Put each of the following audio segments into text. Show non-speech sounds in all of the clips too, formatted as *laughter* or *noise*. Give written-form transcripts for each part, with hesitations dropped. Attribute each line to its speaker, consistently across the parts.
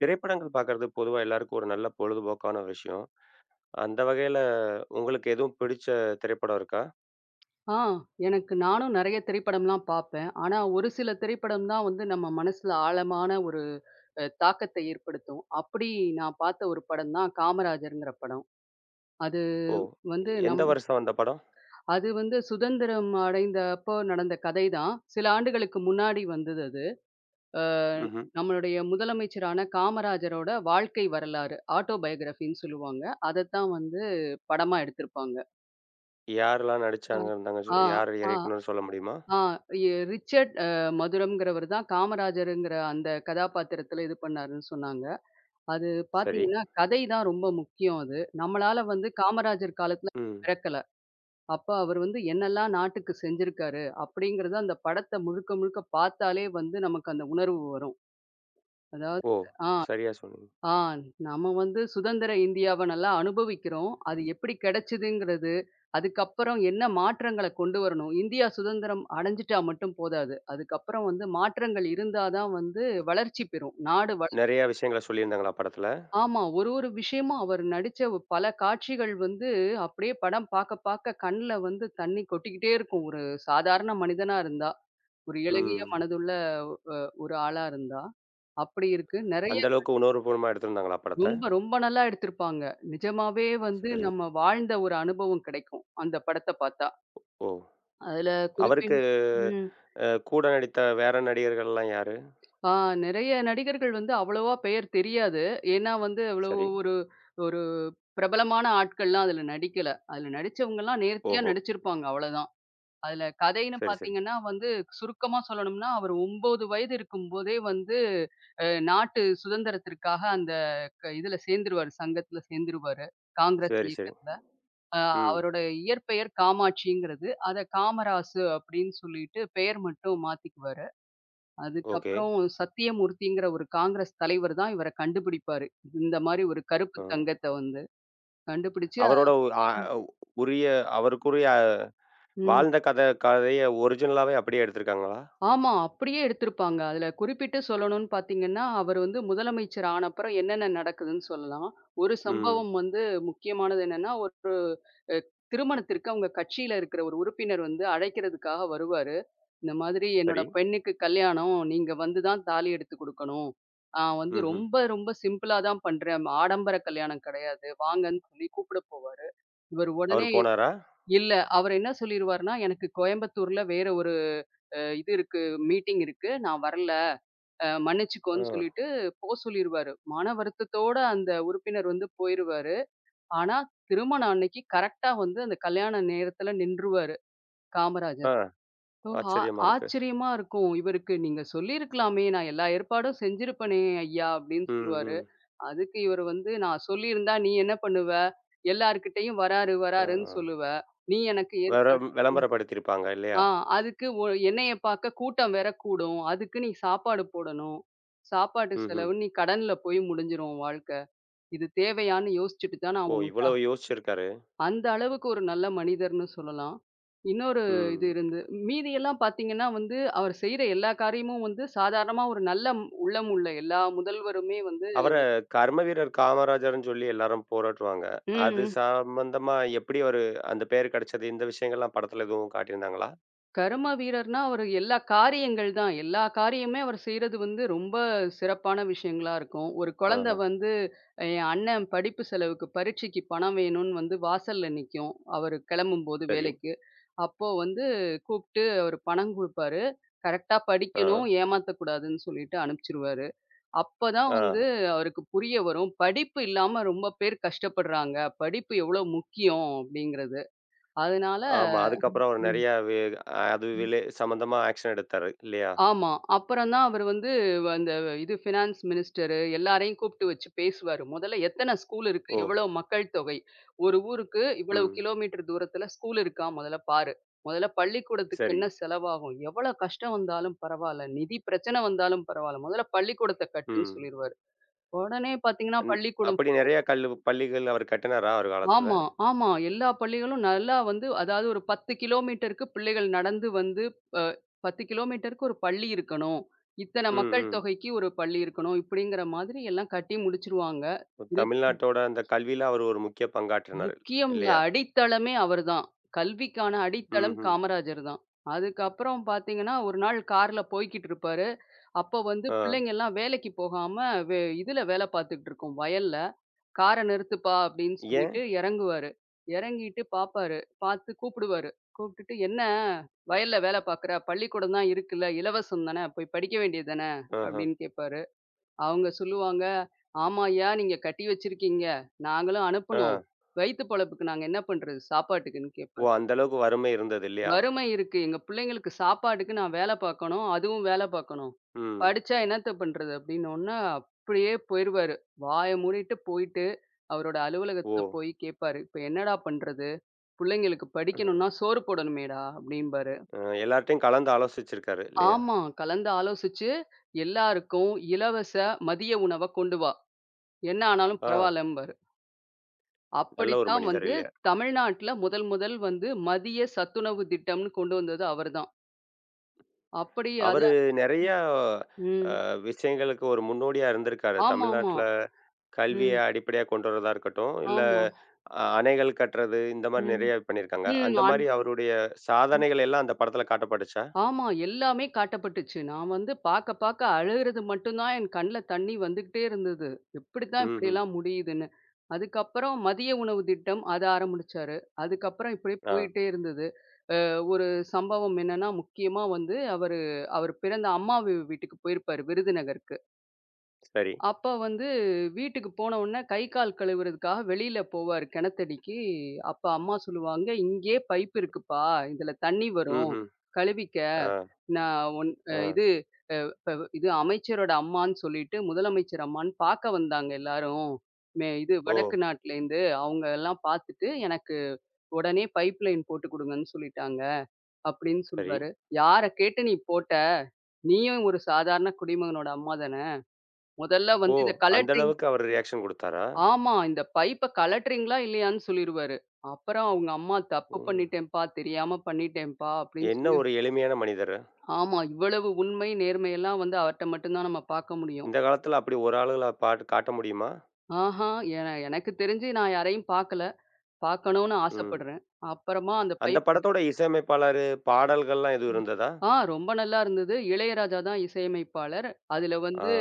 Speaker 1: திரைப்படங்கள் பார்க்கறது பொதுவா எல்லாருக்கும் ஒரு நல்ல பொழுதுபோக்கான விஷயம். அந்த வகையில உங்களுக்கு எதுவும் பிடிச்ச திரைப்படம் இருக்கா?
Speaker 2: ஆ எனக்கு நானும் நெறைய திரைப்படம்லாம் பார்ப்பேன். ஆனா, ஒரு சில திரைப்படம் தான் வந்து நம்ம மனசுல ஆழமான ஒரு தாக்கத்தை ஏற்படுத்தும். அப்படி நான் பார்த்த ஒரு படம் தான் காமராஜர்ங்கிற படம். அது
Speaker 1: ஓ!
Speaker 2: வந்து
Speaker 1: எந்த
Speaker 2: நம்
Speaker 1: வருஷம் வந்த படம்?
Speaker 2: அது வந்து சுதந்திரம் அடைந்தப்போ நடந்த கதை தான். சில ஆண்டுகளுக்கு முன்னாடி வந்தது அது. அ
Speaker 1: ம்ஹ்ம்.
Speaker 2: நம்மளுடைய முதலமைச்சரான காமராஜரோட வாழ்க்கை வரலாறு ஆட்டோபயோகிராஃபின்னு சொல்லுவாங்க. அதத்தான் வந்து படமா எடுத்திருப்பாங்க.
Speaker 1: யாரெல்லாம்
Speaker 2: அ.
Speaker 1: நடிச்சாங்க இருந்தாங்க?
Speaker 2: ஆ,
Speaker 1: யார்
Speaker 2: ஆ.
Speaker 1: இயக்குனர்ன்னு சொல்ல முடியுமா?
Speaker 2: ஆ எ ரிச்சர்ட் மதுரம்ங்கிறவர் தான் காமராஜருங்கிற அந்த கதாபாத்திரத்தில இது பண்ணாருன்னு சொன்னாங்க. அது
Speaker 1: சரி.
Speaker 2: பார்த்தீங்கன்னா, கதை தான் ரொம்ப முக்கியம் அது. நம்மளால வந்து காமராஜர் காலத்தில
Speaker 1: ம்.
Speaker 2: பிறக்கல. அப்ப அவர் வந்து என்னெல்லாம் நாட்டுக்கு செஞ்சிருக்காரு, அப்படிங்கிறத அந்த படத்த முழுக்க முழுக்க பார்த்தாலே வந்து நமக்கு அந்த உணர்வு வரும். அதாவது
Speaker 1: ஓ!
Speaker 2: ஆ.
Speaker 1: சரியா சொன்னீங்க.
Speaker 2: ஆ நம்ம வந்து சுதந்திர இந்தியாவ நல்லா அனுபவிக்கிறோம். அது எப்படி கிடைச்சதுங்கிறது, அதுக்கப்புறம் என்ன மாற்றங்கள கொண்டு வரணும். இந்தியா சுதந்திரம் அடைஞ்சுட்டா மட்டும் போதாது. அதுக்கப்புறம் வந்து மாற்றங்கள் இருந்தா தான் வந்து வளர்ச்சி பெறும். நாடு வள
Speaker 1: நெறைய விஷயங்கள சொல்லியிருந்தாங்களா படத்துல?
Speaker 2: ஆமா. ஒரு ஒரு விஷயமும் அவர் நடிச்ச பல காட்சிகள் வந்து அப்படியே படம் பார்க்க பார்க்க கண்ல வந்து தண்ணி கொட்டிக்கிட்டே இருக்கும். ஒரு சாதாரண மனிதனா இருந்தா. ஒரு இளகிய
Speaker 1: ம்.
Speaker 2: மனதுள்ள ஒரு ஆளா இருந்தா. அப்படி இருக்கு.
Speaker 1: அந்த அளவுக்கு உணர்வுபூர்வமா எடுத்திருந்தாங்களா படத்த?
Speaker 2: ரொம்ப, ரொம்ப நல்லா எடுத்திருப்பாங்க. நிஜமாவே வந்து
Speaker 1: சரி.
Speaker 2: நம்ம வாழ்ந்த ஒரு அனுபவம் கிடைக்கும். அந்த படத்த பார்த்தா.
Speaker 1: ஓ!
Speaker 2: அதுல
Speaker 1: அவருக்கு
Speaker 2: குறிப்பின் ம்.
Speaker 1: கூட நடித்த வேற நடிகர்கள்லாம் யாரு?
Speaker 2: ஆ நெறைய நடிகர்கள் வந்து அவ்வளவா பெயர் தெரியாது. ஏன்னா வந்து அவ்வளவு
Speaker 1: சரி.
Speaker 2: ஒரு ஒரு பிரபலமான ஆட்கள்லாம் அதுல நடிக்கல. அதுல நடிச்சவங்கலாம் நேர்த்தியா
Speaker 1: ஓஹோ!
Speaker 2: நடிச்சிருப்பாங்க அவ்வளதான். அதுல கதைன்னு
Speaker 1: சரி, சரி.
Speaker 2: பார்த்தீங்கன்னா வந்து சுருக்கமா சொல்லணும்னா, அவர் 9 வயது இருக்கும்போதே வந்து நாட்டு சுதந்திரத்திற்காக அந்த இதுல சேர்ந்துருவாரு. சங்கத்துல சேர்ந்துருவாரு. காங்கிரஸ்
Speaker 1: சரி, சரி.
Speaker 2: இயக்கத்துல. அ
Speaker 1: ம்.
Speaker 2: அவரோட இயற்பெயர் காமாட்சிங்கிறது. அத காமராசு அப்படின்னு சொல்லிட்டு பெயர் மட்டும் மாத்திக்குவாரு.
Speaker 1: ஓகே.
Speaker 2: அதுக்கப்புறம் சத்தியமூர்த்திங்கிற ஒரு காங்கிரஸ் தலைவர் தான் இவர கண்டுபிடிப்பாரு. இந்த மாரி ஒரு கருப்பு
Speaker 1: ஆ.
Speaker 2: தங்கத்த வந்து கண்டுபிடிச்சு அ
Speaker 1: அவரோட உ அ உரிய அவருக்குரிய
Speaker 2: ம்.
Speaker 1: வாழ்ந்த கதைய ஒரிஜினலாவே அப்படியே எடுத்திருக்காங்களா?
Speaker 2: ஆமா. அப்படியே எடுத்திருப்பாங்க. அதுல குறிப்பிட்டு சொல்லணும்னு பார்த்தீங்கன்னா, அவர் வந்து முதலமைச்சர் ஆன அப்புறம் என்னென்ன நடக்குதுன்னு சொல்லலாம். ஒரு
Speaker 1: ம்.
Speaker 2: சம்பவம் வந்து முக்கியமானது என்னன்னா, ஒரு அ திருமணத்திற்கு அவங்க கட்சியில இருக்கிற ஒரு உறுப்பினர் வந்து அழைக்கிறதுக்காக வருவாரு. இந்த மாதிரி என்னோட
Speaker 1: சரி.
Speaker 2: பெண்ணுக்கு கல்யாணம், நீங்க வந்து தான் தாலி எடுத்து குடுக்கணும். நான் வந்து
Speaker 1: ம்ஹ்ம்.
Speaker 2: ரொம்ப ரொம்ப சிம்பிளா தான் பண்றேன். ஆடம்பர கல்யாணம் கிடையாது. வாங்கன்னு சொல்லி கூப்பிட போவார். இவர்
Speaker 1: அவரு
Speaker 2: உடனே
Speaker 1: போனாரா?
Speaker 2: இல்ல. அவரு என்ன சொல்லிருவாருன்னா, எனக்கு கோயம்புத்தூர்ல வேற ஒரு அ இது இருக்கு, மீட்டிங் இருக்கு. நான் வரல.
Speaker 1: ஆ.
Speaker 2: மன்னிச்சுக்கோன்னு சொல்லிட்டு சொல்லிருவாரு. மன வருத்தத்தோட அந்த உறுப்பினர் வந்து போயிருவாரு. ஆனா, திருமணம் அன்னைக்கு கரெக்ட்டா வந்து அந்த கல்யாண நேரத்துல நின்றுவாரு,
Speaker 1: ஆ.
Speaker 2: காமராஜர். ஓ!
Speaker 1: ஆச்சரியமா இருக்கு.
Speaker 2: ஆச்சரியமா இருக்கும். இவருக்கு "நீங்க சொல்லியிருக்கலாமே! நான் எல்லா ஏற்பாடும் செஞ்சிருப்பனே ஐயா!" அப்படின்னு
Speaker 1: ம்,
Speaker 2: சொல்லுவாரு.
Speaker 1: ம்.
Speaker 2: அதுக்கு இவரு வந்து, "நான் சொல்லியிருந்தா நீ என்ன பண்ணுவ? எல்லார்கிட்டயும் வராரு,
Speaker 1: ஆ,
Speaker 2: வராருன்னு
Speaker 1: ஆ.
Speaker 2: சொல்லுவ. நீ எனக்கு
Speaker 1: வேற
Speaker 2: ஏற்பாடு
Speaker 1: விளம்பரப்படுத்தியிருப்பாங்க இல்லையா?
Speaker 2: ஆ அதுக்கு ஒ என்னைய பார்க்க கூட்டம் வேற கூடும். அதுக்கு நீ சாப்பாடு போடணும். சாப்பாட்டு
Speaker 1: ம்ஹ்ம்.
Speaker 2: செலவு நீ கடன்ல போய் முடிஞ்சிரும் உன் வாழ்க்கை. இது தேவையான்னு யோசிச்சுட்டு தான்
Speaker 1: ஓ!
Speaker 2: நான் உன்ட்ட
Speaker 1: இவ்வளவு யோசிச்சிருக்காரு.
Speaker 2: அந்த அளவுக்கு ஒரு நல்ல மனிதர்ன்னு சொல்லலாம். இன்னொரு இது
Speaker 1: ம்.
Speaker 2: இருந்து மீதியெல்லாம் பார்த்தீங்கன்னா வந்து, அவர் செய்ற எல்லா காரியமும் வந்து சாதாரணமா ஒரு நல்ல உள்ளம் உள்ள எல்லா முதல்வருமே வந்து
Speaker 1: அவர கர்ம வீரர் காமராஜர்ன்னு சொல்லி எல்லாரும் போராட்டுவாங்க. அது
Speaker 2: ம்.
Speaker 1: சம்பந்தமா எப்படி அவரு அந்த பேரு கிடைச்சது? இந்த விஷயங்கள்லாம் படத்துல எதுவும் காட்டியிருந்தாங்களா?
Speaker 2: கரும வீரர்னா அவரு எல்லா காரியங்கள் தான். எல்லா காரியமுமே அவர் செய்றது வந்து ரொம்ப சிறப்பான விஷயங்களா இருக்கும். ஒரு குழந்தை
Speaker 1: ஆஹ.
Speaker 2: வந்து என் அண்ணன் படிப்பு செலவுக்கு பரீட்சைக்கு பணம் வேணும்னு வந்து வாசல்ல நிக்கும். அவரு கிளம்பும்போது
Speaker 1: சரி.
Speaker 2: வேலைக்கு. அப்போ வந்து கூப்ட்டு அவரு பணம் குடுப்பாரு. கரெக்ட்டா
Speaker 1: ஆ.
Speaker 2: படிக்கணும், ஏமாத்தக்கூடாதுன்னு சொல்லிட்டு அனுப்பிச்சுருவாரு. அப்பதான்
Speaker 1: ஆ.
Speaker 2: வந்து அவருக்கு புரிய வரும். படிப்பு இல்லாம ரொம்ப பேர் கஷ்டப்படுறாங்க. படிப்பு எவ்வளோ முக்கியம் அப்படிங்கிறது. அதனால
Speaker 1: ஆமா. அதுக்கப்புறம் அவர்
Speaker 2: ம்.
Speaker 1: நெறைய வே அது விலை சம்மந்தமா ஆக்ஷன் எடுத்தாரு இல்லையா?
Speaker 2: ஆமா. அப்புறம் தான் அவரு வந்து அந்த இது ஃபினான்ஸ் மினிஸ்டரு எல்லாரையும் கூப்பிட்டு வச்சு பேசுவாரு. முதல்ல எத்தன ஸ்கூல் இருக்கு?
Speaker 1: ஓ!
Speaker 2: எவ்வளவு மக்கள் தொகை? ஒரு ஊருக்கு இவ்வளவு
Speaker 1: ம்.
Speaker 2: கிலோமீட்டர் தூரத்துல ஸ்கூல் இருக்கா முதல்ல பாரு. முதல்ல பள்ளிக்கூடத்துக்கு
Speaker 1: சரி.
Speaker 2: என்ன செலவாகும்? எவ்வளவு கஷ்டம் வந்தாலும் பரவால்ல. நிதி பிரச்சனை வந்தாலும் பரவால்ல. முதல்ல பள்ளிக்கூடத்த கட்டுன்னு
Speaker 1: ம்.
Speaker 2: சொல்லிருவாரு. உடனே பார்த்தீங்கன்னா
Speaker 1: ன்
Speaker 2: பள்ளிக்கூடம்
Speaker 1: அப்படி நெறைய கல்லு பள்ளிகள் அவர் கட்டினாரா அவர் காலத்துல?
Speaker 2: ஆமா, ஆமா. எல்லா பள்ளிகளும் நல்லா வந்து அதாவது ஒரு 10 கிலோமீட்டருக்கு பிள்ளைகள் நடந்து வந்து அ 10 கிலோமீட்டருக்கு ஒரு பள்ளி இருக்கணும். இத்தன
Speaker 1: ம்,
Speaker 2: மக்கள்
Speaker 1: ம்.
Speaker 2: தொகைக்கு ஒரு பள்ளி இருக்கணும். இப்படிங்கிற மாதிரி எல்லாம் கட்டி முடிச்சுருவாங்க.
Speaker 1: இப்ப தமிழ்நாட்டோட அந்த கல்வியில அவர் ஒரு முக்கிய பங்காற்றினாரு
Speaker 2: முக்கியம் இல்ல.
Speaker 1: இல்லையா?
Speaker 2: அடித்தளமே அவர்தான். கல்விக்கான அடித்தளம்
Speaker 1: ம்ஹ்ம்.
Speaker 2: காமராஜர் தான். அதுக்கப்புறம் பார்த்தீங்கன்னா, ஒரு நாள் கார்ல போய்க்கிட்டு இருப்பாரு. அப்போ வந்து
Speaker 1: ஆ.
Speaker 2: பிள்ளைங்கலாம் வேலைக்கு போகாம இதுல வேலை பார்த்துக்கிட்டு இருக்கும் வயல்ல. "கார நிறுத்துப்பா" அப்படின்னு
Speaker 1: ஏன்?
Speaker 2: சொல்லிட்டு இறங்குவாரு. இறங்கிட்டு பார்ப்பாரு. பார்த்து கூப்பிடுவாரு. கூப்பிட்டுட்டு, "என்ன வயல்ல வேலை பார்க்குற? பள்ளிக்கூடம் தான் இருக்குல்ல. இலவசம் தானே. போய் படிக்க வேண்டியது தானே?"
Speaker 1: ஆஹ.
Speaker 2: அப்படின்னு கேட்பாரு. அவங்க சொல்லுவாங்க, "ஆமாய்யா, நீங்க கட்டி வச்சிருக்கீங்க. நாங்களும்
Speaker 1: ஆ.
Speaker 2: அனுப்பணும். வயித்து பொழப்புக்கு நாங்க என்ன பண்றது? சாப்பாட்டுக்குன்னு"
Speaker 1: ஓ!
Speaker 2: கேட்பாரு.
Speaker 1: அந்த அளவுக்கு வறுமை இருந்தது இல்லையா?
Speaker 2: வறுமை இருக்கு. எங்க பிள்ளைங்களுக்கு சாப்பாட்டுக்கு நான் வேல பார்க்கணும். அதுவும் வேல பார்க்கணும்.
Speaker 1: ம்.
Speaker 2: படிச்சா என்னத்த பண்றது? அப்படின்னோன்ன, அப்படியே போயிருவாரு. வாய மூடிட்டு போயிட்டு, அவரோட
Speaker 1: ஓ!
Speaker 2: அலுவலகத்துல போய் கேட்பாரு. "இப்ப என்னடா பண்றது? புள்ளைங்களுக்கு
Speaker 1: அ.
Speaker 2: படிக்கணும்னா சோறு போடணுமேடா" அப்படிம்பாரு.
Speaker 1: அ எல்லார்ட்டயும் கலந்து ஆலோசிச்சிருக்காரு இல்லையா?
Speaker 2: ஆமா. கலந்து ஆலோசிச்சு, எல்லாருக்கும் இலவச மதிய உணவ கொண்டு வா. என்ன ஆனாலும்
Speaker 1: ஆ.
Speaker 2: பரவாயில்லம்பாரு.
Speaker 1: நல்ல ஒரு
Speaker 2: அப்படித்தான்
Speaker 1: மனிதர்
Speaker 2: வந்து
Speaker 1: இல்லையா?
Speaker 2: தமிழ்நாட்டுல முதல் முதல் வந்து மதிய சத்துணவு திட்டம்னு கொண்டு வந்தது அவர்தான். அப்படி அத
Speaker 1: அவரு நெறைய
Speaker 2: ம்.
Speaker 1: விஷயங்களுக்கு ஒரு முன்னோடியா இருந்திருக்காரு.
Speaker 2: ஆமாமா.
Speaker 1: தமிழ்நாட்ல கல்விய
Speaker 2: ம்.
Speaker 1: அடிப்படையா கொண்டு வரதா இருக்கட்டும், இல்ல
Speaker 2: ஆமா.
Speaker 1: அணைகள் கட்டுறது இந்த மாரி
Speaker 2: ம்.
Speaker 1: நெறைய பண்ணியிருக்காங்க.
Speaker 2: ம்.
Speaker 1: அந்த
Speaker 2: அன்
Speaker 1: மாரி. ம். அவருடைய சாதனைகள் எல்லாம் அந்த படத்துல காட்டப்பட்டுச்சா?
Speaker 2: ஆமா. எல்லாமே காட்டப்பட்டுச்சு. நான் வந்து பாக்க பாக்க அழுகுறது மட்டும் தான் என் கண்ல தண்ணி வந்துகிட்டே இருந்தது. எப்படித்தான்
Speaker 1: ம்ஹ்ம்.
Speaker 2: இப்படியெல்லாம் முடியுதுன்னு. அதுக்கப்புறம் மதிய உணவு திட்டம் அத ஆரம்பிச்சாரு. அதுக்கப்புறம் இப்படியே
Speaker 1: ஆ,
Speaker 2: போயிட்டே இருந்தது. அ ஒரு சம்பவம் என்னன்னா, முக்கியமா வந்து அவர் பிறந்த அம்மா வீட்டுக்கு போயிருப்பாரு விருதுநகருக்கு.
Speaker 1: சரி.
Speaker 2: அப்ப வந்து வீட்டுக்கு போன உடனே கை கால் கழுவுறதுக்காக வெளியில போவாரு கிணத்தடிக்கு. அப்ப அம்மா சொல்லுவாங்க, "இங்கேயே பைப் இருக்குப்பா. இதுல தண்ணி வரும்.
Speaker 1: ம்ஹ்ம்.
Speaker 2: கழுவிக்க.
Speaker 1: ஆ,
Speaker 2: நான் உன் அ
Speaker 1: ஆ.
Speaker 2: இது அ இப்ப இது அமைச்சரோட அம்மான்னு சொல்லிட்டு முதலமைச்சர் அம்மான்னு பார்க்க வந்தாங்க எல்லாரும். இது
Speaker 1: ஓ!
Speaker 2: வடக்கு நாட்டுலேருந்து. அவங்க எல்லாம் பார்த்துட்டு எனக்கு உடனே பைப் லைன் போட்டு குடுங்கன்னு சொல்லிட்டாங்க." அப்படின்னு
Speaker 1: சரி.
Speaker 2: சொல்வாரு. "யார கேட்டு நீ போட்ட? நீயும் ஒரு சாதாரண குடிமகனோட அம்மா தான. முதல்ல
Speaker 1: ஓ!
Speaker 2: வந்து இத
Speaker 1: அந்த
Speaker 2: கலெக்டர்
Speaker 1: அளவுக்கு அவரு ரியாக்ஷன் குடுத்தாரா?
Speaker 2: ஆமா. இந்த பைப்ப கழட்டுறீங்களா? இல்லையான்னு சொல்லிருவாரு. அப்புறம் அவங்க அம்மா "தப்பு
Speaker 1: ம்.
Speaker 2: பண்ணிட்டேன்ப்பா. தெரியாம பண்ணிட்டேன்ப்பா" அப்படின்னு
Speaker 1: என்ன
Speaker 2: சொல்லி
Speaker 1: ஒரு எளிமையான மனிதரு.
Speaker 2: ஆமா. இவ்வளவு உண்மை, நேர்மையெல்லாம் வந்து அவர்ட்ட மட்டும் தான் நம்ம பார்க்க முடியும்.
Speaker 1: இந்த காலத்துல அப்படி ஒரு ஆளுகள பாட்டு காட்ட முடியுமா?
Speaker 2: ஆஹா! எனக்கு தெரிஞ்சு நான் யாரையும் பார்க்கல. பார்க்கணும்னு
Speaker 1: ம்.
Speaker 2: ஆசைப்படுறேன். அப்புறமா அந்த
Speaker 1: அந்த
Speaker 2: பைப்
Speaker 1: படத்தோட இசையமைப்பாளரு பாடல்கள்லாம் எதுவும் இருந்ததா?
Speaker 2: ஆ ரொம்ப நல்லா இருந்தது. இளையராஜா தான் இசையமைப்பாளர். அதுல
Speaker 1: ஆ,
Speaker 2: வந்து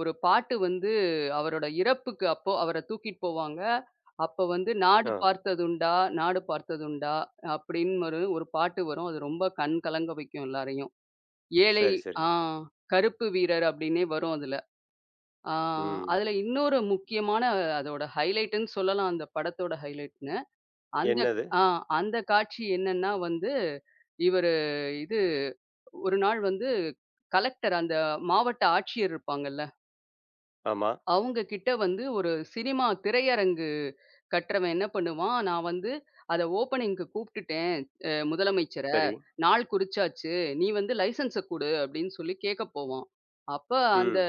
Speaker 2: ஒரு பாட்டு வந்து அவரோட இறப்புக்கு அப்போ அவர தூக்கிட்டு போவாங்க. அப்ப வந்து "நாடு
Speaker 1: ஆ.
Speaker 2: பார்த்ததுண்டா, நாடு பார்த்ததுண்டா" அப்படின்னு ஒரு ஒரு பாட்டு வரும். அது ரொம்ப கண் கலங்க வைக்கும் எல்லாரையும். ஏழை
Speaker 1: சரி, சரி.
Speaker 2: ஆ கருப்பு வீரர் அப்படின்னே வரும் அதுல. ஆ
Speaker 1: ம்.
Speaker 2: அதுல இன்னொரு முக்கியமான அதோட ஹைலைட்டுன்னு சொல்லலாம். அந்த படத்தோட ஹைலைட்ன்னு. அந்த
Speaker 1: என்னது?
Speaker 2: ஆ அந்த காட்சி என்னன்னா வந்து, இவரு இது ஒரு நாள் வந்து கலெக்டர் அந்த மாவட்ட ஆட்சியர் இருப்பாங்கல்ல.
Speaker 1: ஆமா.
Speaker 2: அவங்க கிட்ட வந்து ஒரு சினிமா திரையரங்கு கட்டுறவன் என்ன பண்ணுவான், "நான் வந்து அத ஓப்பனிங்க்கு கூப்பிட்டுட்டேன் முதலமைச்சர.
Speaker 1: சரி.
Speaker 2: நாள் குறிச்சாச்சு. நீ வந்து லைசென்ஸ குடு" அப்படின்னு சொல்லி கேட்கப் போவான். அப்ப அந்த
Speaker 1: ம்.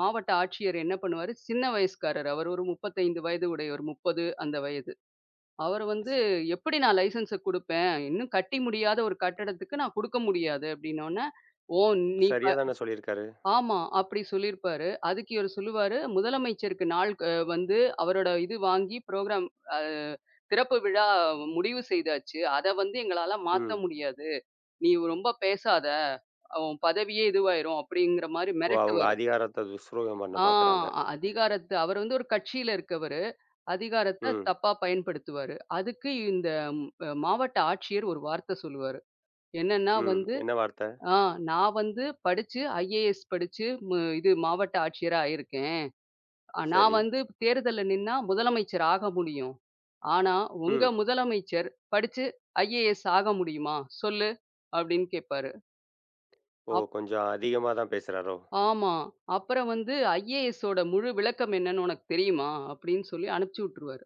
Speaker 2: மாவட்ட ஆட்சியர் என்ன பண்ணுவாரு, சின்ன வயசுக்காரர். அவர் ஒரு 35 வயது உடையவர். 30 அந்த வயது. அவர் வந்து, "எப்படி நான் லைசென்ஸ குடுப்பேன்? இன்னும் கட்டி முடியாத ஒரு கட்டடத்துக்கு நான் குடுக்க முடியாது" அப்படின்னோன, "ஓ! நீ ப
Speaker 1: சரியா தானே சொல்லியிருக்காரு.
Speaker 2: ஆமா. அப்படி சொல்லியிருப்பாரு. அதுக்கு இவரு சொல்லுவாரு, முதலமைச்சருக்கு நாள் க வந்து அவரோட இது வாங்கி புரோகிராம் அ திறப்பு விழா முடிவு செய்தாச்சு. அத வந்து எங்களால மாத்த
Speaker 1: ம்.
Speaker 2: முடியாது. நீ ரொம்ப பேசாத. உன் பதவியே இதுவாயிரும் அப்படிங்கிற மாரி
Speaker 1: ஓ! அவங்க
Speaker 2: மிரட்டுவாரு.
Speaker 1: அதிகாரத்த துஷ்பிரயோகம் பண்ண
Speaker 2: ஆ
Speaker 1: பார்க்குறாங்க.
Speaker 2: அதிகாரத்த அவர் வந்து ஒரு கட்சியில இருக்கவரு. அதிகாரத்த
Speaker 1: ம்,
Speaker 2: தப்பா பயன்படுத்துவாரு. அதுக்கு இந்த அ மாவட்ட ஆட்சியர் ஒரு வார்த்த சொல்லுவாரு. என்னன்னா
Speaker 1: ம்.
Speaker 2: வந்து,
Speaker 1: என்ன வார்த்த?
Speaker 2: "ஆ நான் வந்து ஐஏஎஸ் படிச்சு மு இது மாவட்ட ஆட்சியரா ஆயிருக்கேன்." நான்
Speaker 1: சரி.
Speaker 2: வந்து தேர்தல்ல நின்னா முதலமைச்சர் ஆக முடியும். ஆனா,
Speaker 1: ம்.
Speaker 2: உங்க முதலமைச்சர் படிச்சு ஐஏஎஸ் ஆக முடியுமா? சொல்லு அப்படின்னு கேட்பாரு.
Speaker 1: ஓ!
Speaker 2: அப்
Speaker 1: கொஞ்சம் அதிகமா தான் பேசுறாரோ?
Speaker 2: ஆமா. அப்புறம் வந்து ஐஏஎஸோட முழு விளக்கம் என்னன்னு உனக்கு தெரியுமா? அப்படின்னு சொல்லி அனுப்பிச்சு விட்டுருவாரு.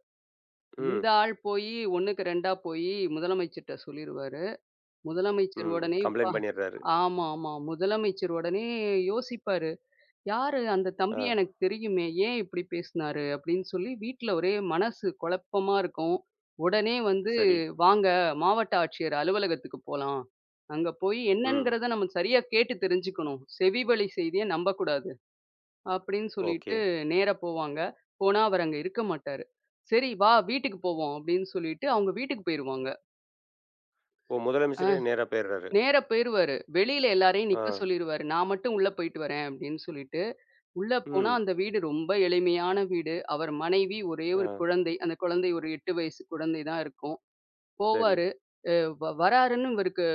Speaker 1: ம்,
Speaker 2: இந்த ஆள் போயி 1க்கு 2 போயி முதலமைச்சர்ட்ட சொல்லிருவாரு. முதலமைச்சர்
Speaker 1: ம்.
Speaker 2: உடனே பா
Speaker 1: கம்ப்ளைண்ட் பண்ணிடுறாரு.
Speaker 2: ஆமா, ஆமா. முதலமைச்சர் உடனே யோசிப்பாரு. யாரு அந்த
Speaker 1: ஆ,
Speaker 2: தம்பி எனக்கு தெரியுமே, ஏன் இப்படி பேசினாரு? அப்படின்னு சொல்லி வீட்ல ஒரே மனசு குழப்பமா இருக்கும். உடனே வந்து
Speaker 1: சரி.
Speaker 2: வாங்க மாவட்ட ஆட்சியர் அலுவலகத்துக்கு போலாம். அங்க போய்
Speaker 1: ம்.
Speaker 2: என்னங்கிறத நம்ம சரியா கேட்டு தெரிஞ்சுக்கணும். செவி வழி செய்திய நம்பக்கூடாது. அப்படின்னு
Speaker 1: ஓகே.
Speaker 2: சொல்லிட்டு நேரா போவாங்க. போனா அவர் அங்க இருக்க மாட்டாரு. சரி வா வீட்டுக்கு போவோம் அப்படின்னு சொல்லிட்டு அவங்க வீட்டுக்கு போயிருவாங்க.
Speaker 1: ஓ!
Speaker 2: அ
Speaker 1: முதலமைச்சரே நேரா போயிடுறாரு.
Speaker 2: நேரா போயிருவாரு. வெளியில எல்லாரையும்
Speaker 1: ஆ,
Speaker 2: நிக்க சொல்லிருவாரு. நான் மட்டும் உள்ள போயிட்டு வரேன் அப்படின்னு சொல்லிட்டு. உள்ள போனா
Speaker 1: ம்.
Speaker 2: அந்த வீடு ரொம்ப எளிமையான வீடு. அவர் மனைவி, ஒரே
Speaker 1: ஆ,
Speaker 2: ஒரு குழந்தை. அந்த குழந்தை ஒரு 8 வயசு குழந்தை தான் இருக்கும்.
Speaker 1: சரி.
Speaker 2: போவாரு. அ வ வராருன்னு இவருக்கு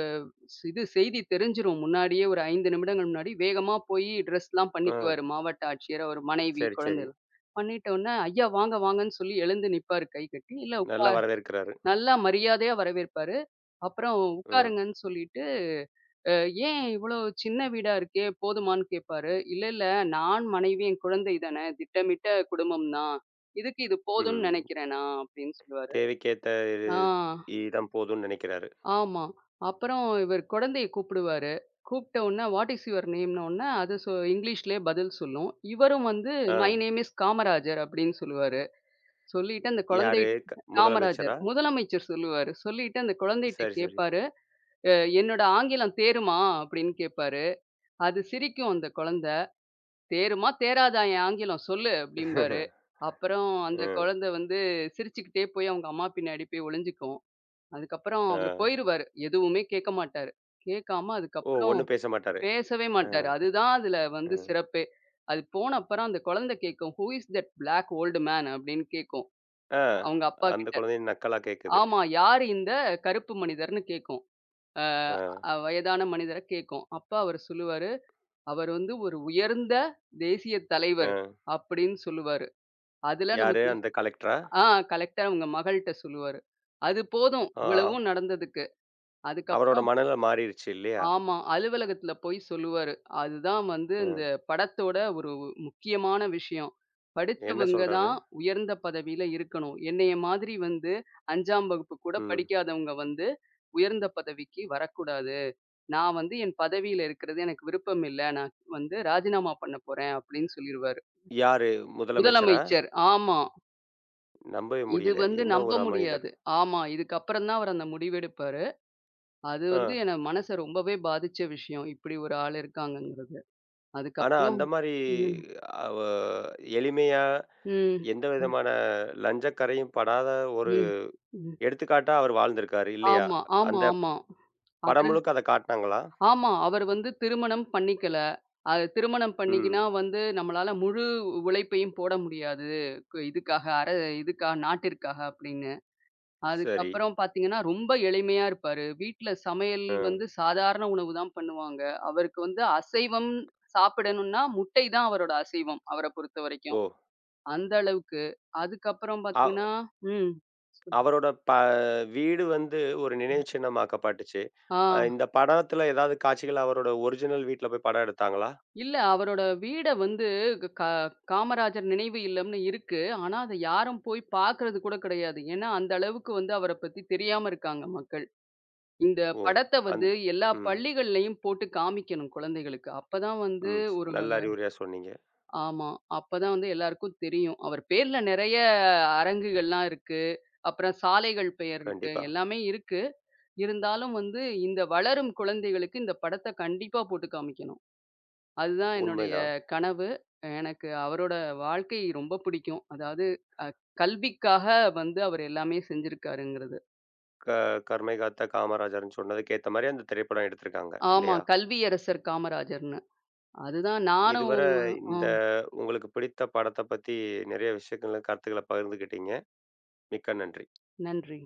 Speaker 2: ஸ்- இது செய்தி தெரிஞ்சிரும். முன்னாடியே ஒரு 5 நிமிடங்கள் முன்னாடி வேகமா போயி ட்ரெஸ்லாம்
Speaker 1: ஆ,
Speaker 2: பண்ணிக்குவாரு. மாவட்ட ஆட்சியர், அவர் மனைவி,
Speaker 1: சரி, சரி.
Speaker 2: குழந்தைலாம். பண்ணிட்ட உடனே, "ஐயா வாங்க வாங்கன்னு" சொல்லி எழுந்து நிப்பாரு கை கட்டி. "இல்ல உட்கா"
Speaker 1: நல்லா வரவேற்கிறாரு.
Speaker 2: நல்லா மரியாதையா வரவேற்பாரு. அப்புறம்
Speaker 1: ஆ,
Speaker 2: "உட்காருங்கன்னு" சொல்லிட்டு அ "ஏன் இவ்வளோ சின்ன வீடா இருக்கே போதுமான்னு?" கேட்பாரு. "இல்ல, இல்ல நான், மனைவி, என் குழந்தை தானே! திட்டமிட்ட குடும்பம் தான். இதுக்கு இது போதும்னு
Speaker 1: ம்.
Speaker 2: நினைக்கிறேன் நான்" அப்படின்னு சொல்லுவாரு.
Speaker 1: தேவைக்கேத்த இது
Speaker 2: ஆ,
Speaker 1: இதுதான் போதும்னு நெனைக்கிறாரு.
Speaker 2: ஆமா. அப்புறம் இவர் குழந்தைய கூப்பிடுவாரு. கூப்பிட்ட உடனே "வாட் இஸ் யுவர் நேம்ன்ன" உடனே அது இங்கிலீஷ்லயே பதில் சொல்லும். இவரும் வந்து
Speaker 1: ஆ,
Speaker 2: "மை நேம் இஸ் காமராஜர்" அப்படின்னு சொல்லுவாரு. சொல்லிட்டு அந்த குழந்தை
Speaker 1: யாரு?
Speaker 2: காமராஜர்
Speaker 1: முதலமைச்சரா?
Speaker 2: முதலமைச்சர் சொல்லுவாரு. சொல்லிட்டு அந்த குழந்தைட்ட
Speaker 1: சரி, சரி.
Speaker 2: கேட்பாரு. "அ என்னோட ஆங்கிலம் தேறுமா?" அப்படின்னு கேட்பாரு. அது சிரிக்கும் அந்த குழந்தை. "தேறுமா தேறாதா என் ஆங்கிலம் சொல்லு" அப்படிம்பாரு.
Speaker 1: *laughs*
Speaker 2: அப்புறம்
Speaker 1: அ,
Speaker 2: அந்த குழந்தை வந்து சிரிச்சுக்கிட்டே போய் அவங்க அம்மா பின்னாடி போய் ஒளிஞ்சுக்கும். அதுக்கப்புறம்
Speaker 1: ஆ.
Speaker 2: அவரு போயிருவாரு. எதுவுமே கேட்க மாட்டாரு. கேட்காம
Speaker 1: ஓ!
Speaker 2: அதுக்கப்புறம்
Speaker 1: ஒண்ணும் பேச மாட்டாரு.
Speaker 2: பேசவே
Speaker 1: அ,
Speaker 2: மாட்டாரு. அதுதான் அதுல
Speaker 1: அ,
Speaker 2: வந்து சிறப்பே. அது போன அப்புறம் அந்த குழந்தை கேட்கும். "Who is that black old man?" அப்படின்னு கேட்கும்.
Speaker 1: ஆ.
Speaker 2: அவங்க அப்பா
Speaker 1: அந்த
Speaker 2: கிட்ட.
Speaker 1: குழந்தையும் நக்கலா கேட்குது.
Speaker 2: ஆமா, "யாரு இந்த கருப்பு மனிதர்ன்னு?" கேட்கும். அ
Speaker 1: ஆ,
Speaker 2: அ வயதான மனிதர கேட்கும். அப்ப அவரு சொல்லுவாரு, "அவர் வந்து ஒரு உயர்ந்த தேசிய
Speaker 1: ஆ.
Speaker 2: தலைவர்" அப்படின்னு சொல்லுவாரு. அதுல
Speaker 1: யாரு
Speaker 2: நமக்கு
Speaker 1: அந்த கலெக்டரா?
Speaker 2: ஆ கலெக்ட்டா அவங்க மகள்ட்ட சொல்லுவாரு. அது போதும்
Speaker 1: ஆ,
Speaker 2: இவ்வளவும் நடந்ததுக்கு.
Speaker 1: அவரோட
Speaker 2: அதுக்கப்புறம்
Speaker 1: மனநிலை மாறிருச்சு இல்லையா?
Speaker 2: ஆமா. அலுவலகத்துல போய் சொல்லுவாரு. அதுதான் வந்து இந்த
Speaker 1: ம்.
Speaker 2: படத்தோட ஒரு முக்கியமான விஷயம்.
Speaker 1: என்ன
Speaker 2: படிச்சவங்க
Speaker 1: சொல்றாரு?
Speaker 2: தான் உயர்ந்த பதவியில இருக்கணும். என்னைய மாதிரி வந்து 5ஆம் வகுப்பு கூட
Speaker 1: ம்.
Speaker 2: படிக்காதவங்க வந்து உயர்ந்த பதவிக்கு வரக்கூடாது. நான் வந்து என் பதவியில இருக்கிறது எனக்கு விருப்பம் இல்ல. நான் வந்து ராஜினாமா பண்ண போறேன் அப்படின்னு சொல்லிருவாரு.
Speaker 1: யாரு முதலமைச்சரா?
Speaker 2: முதலமைச்சர். ஆமா.
Speaker 1: நம்பவே
Speaker 2: இது
Speaker 1: முடியல.
Speaker 2: வந்து
Speaker 1: என்ன ஒரு
Speaker 2: நம்ப
Speaker 1: அமனிதர்.
Speaker 2: முடியாது. ஆமா. இதுக்கப்புறம் தான் அவரு அந்த முடிவெடுப்பாரு. அது
Speaker 1: ஆ.
Speaker 2: வந்து என்ன மனச ரொம்பவே பாதிச்ச விஷயம். இப்படி ஒரு ஆள் இருக்காங்கங்கிறது.
Speaker 1: ஆனா
Speaker 2: அதுக்கப்புறம்
Speaker 1: அந்த மாரி
Speaker 2: ம்,
Speaker 1: அவ எளிமையா,
Speaker 2: ம்,
Speaker 1: எந்த
Speaker 2: ம்,
Speaker 1: விதமான லஞ்சக்கறையும் படாத ஒரு
Speaker 2: ம், ம்.
Speaker 1: எடுத்துக்காட்டா அவர் வாழ்ந்திருக்காரு இல்லையா?
Speaker 2: ஆமா, ஆமா,
Speaker 1: அந்த
Speaker 2: ஆமா.
Speaker 1: படம்
Speaker 2: அவரு
Speaker 1: முழுக்க அத காட்டுனாங்களா?
Speaker 2: ஆமா. அவரு வந்து திருமணம் பண்ணிக்கல. அது திருமணம் பண்ணிக்கினா
Speaker 1: ம்.
Speaker 2: வந்து நம்மளால முழு உழைப்பையும் போட முடியாது. கு இதுக்காக அர இதுக்காக நாட்டிற்காக அப்படின்னு.
Speaker 1: சரி.
Speaker 2: அதுக்கப்புறம் பார்த்தீங்கன்னா, ரொம்ப எளிமையா இருப்பாரு. வீட்ல சமையல்
Speaker 1: அ.
Speaker 2: வந்து சாதாரண உணவு தான் பண்ணுவாங்க. அவருக்கு வந்து அசைவம் சாப்பிடணும்னா, முட்டை தான் அவரோட அசைவம், அவர
Speaker 1: ஓ!
Speaker 2: பொறுத்தவரைக்கும். அந்த அளவுக்கு. அதுக்கப்புறம்
Speaker 1: அ
Speaker 2: பார்த்தீங்கன்னா ம்.
Speaker 1: அவரோட வீடு வந்து ஒரு நினைவுச்சின்னமாக்கப்பட்டுச்சு.
Speaker 2: ஆ
Speaker 1: இந்த படத்துல ஏதாவது காட்சிகள் அவரோட ஒரிஜினல் வீட்ல போய் படம் எடுத்தாங்களா?
Speaker 2: இல்ல அவரோட வீட வந்து க காமராஜர் நினைவு இல்லம்னு இருக்கு. ஆனா, அத யாரும் போய் பார்க்கறது கூட கிடையாது. ஏன்னா, அந்த அளவுக்கு வந்து அவர பத்தி தெரியாம இருக்காங்க மக்கள். இந்த
Speaker 1: ஓ!
Speaker 2: படத்த வந்து
Speaker 1: அந்த
Speaker 2: எல்லா
Speaker 1: ம்,
Speaker 2: பள்ளிகள்லயும் போட்டு காமிக்கணும் குழந்தைகளுக்கு. அப்பதான் வந்து
Speaker 1: ம்.
Speaker 2: ஒரு
Speaker 1: நல்ல அறிவுரையா சொன்னீங்க.
Speaker 2: ஆமா. அப்பதான் வந்து எல்லாருக்கும் தெரியும். அவர் பேர்ல நெறைய அரங்குகள்லாம் இருக்கு. அப்புறம் சாலைகள் பெயர் இருக்கு.
Speaker 1: கண்டிப்பா.
Speaker 2: எல்லாமே இருக்கு. இருந்தாலும் வந்து இந்த வளரும் குழந்தைகளுக்கு இந்த படத்த கண்டிப்பா போட்டு காமிக்கணும். அதுதான் என்னுடைய
Speaker 1: உண்மைதான்.
Speaker 2: கனவு. எனக்கு அவரோட வாழ்க்கை ரொம்ப பிடிக்கும். அதாவது அ கல்விக்காக வந்து அவர் எல்லாமே செஞ்சிருக்காருங்கிறது.
Speaker 1: க கருமை காத்த காமராஜர்ன்னு சொன்னதுக்கேத்த மாரி அந்த திரைப்படம் எடுத்திருக்காங்க
Speaker 2: ஆமா.
Speaker 1: இல்லையா?
Speaker 2: கல்வியரசர் காமராஜர்ன்னு. அதுதான் நானும்
Speaker 1: இதுவர இந்த
Speaker 2: ஆ.
Speaker 1: உங்களுக்கு பிடித்த படத்த பத்தி நெறைய விஷயங்கள, கருத்துக்கள பகிர்ந்துக்கிட்டீங்க. மிக்க நன்றி.
Speaker 2: நன்றி.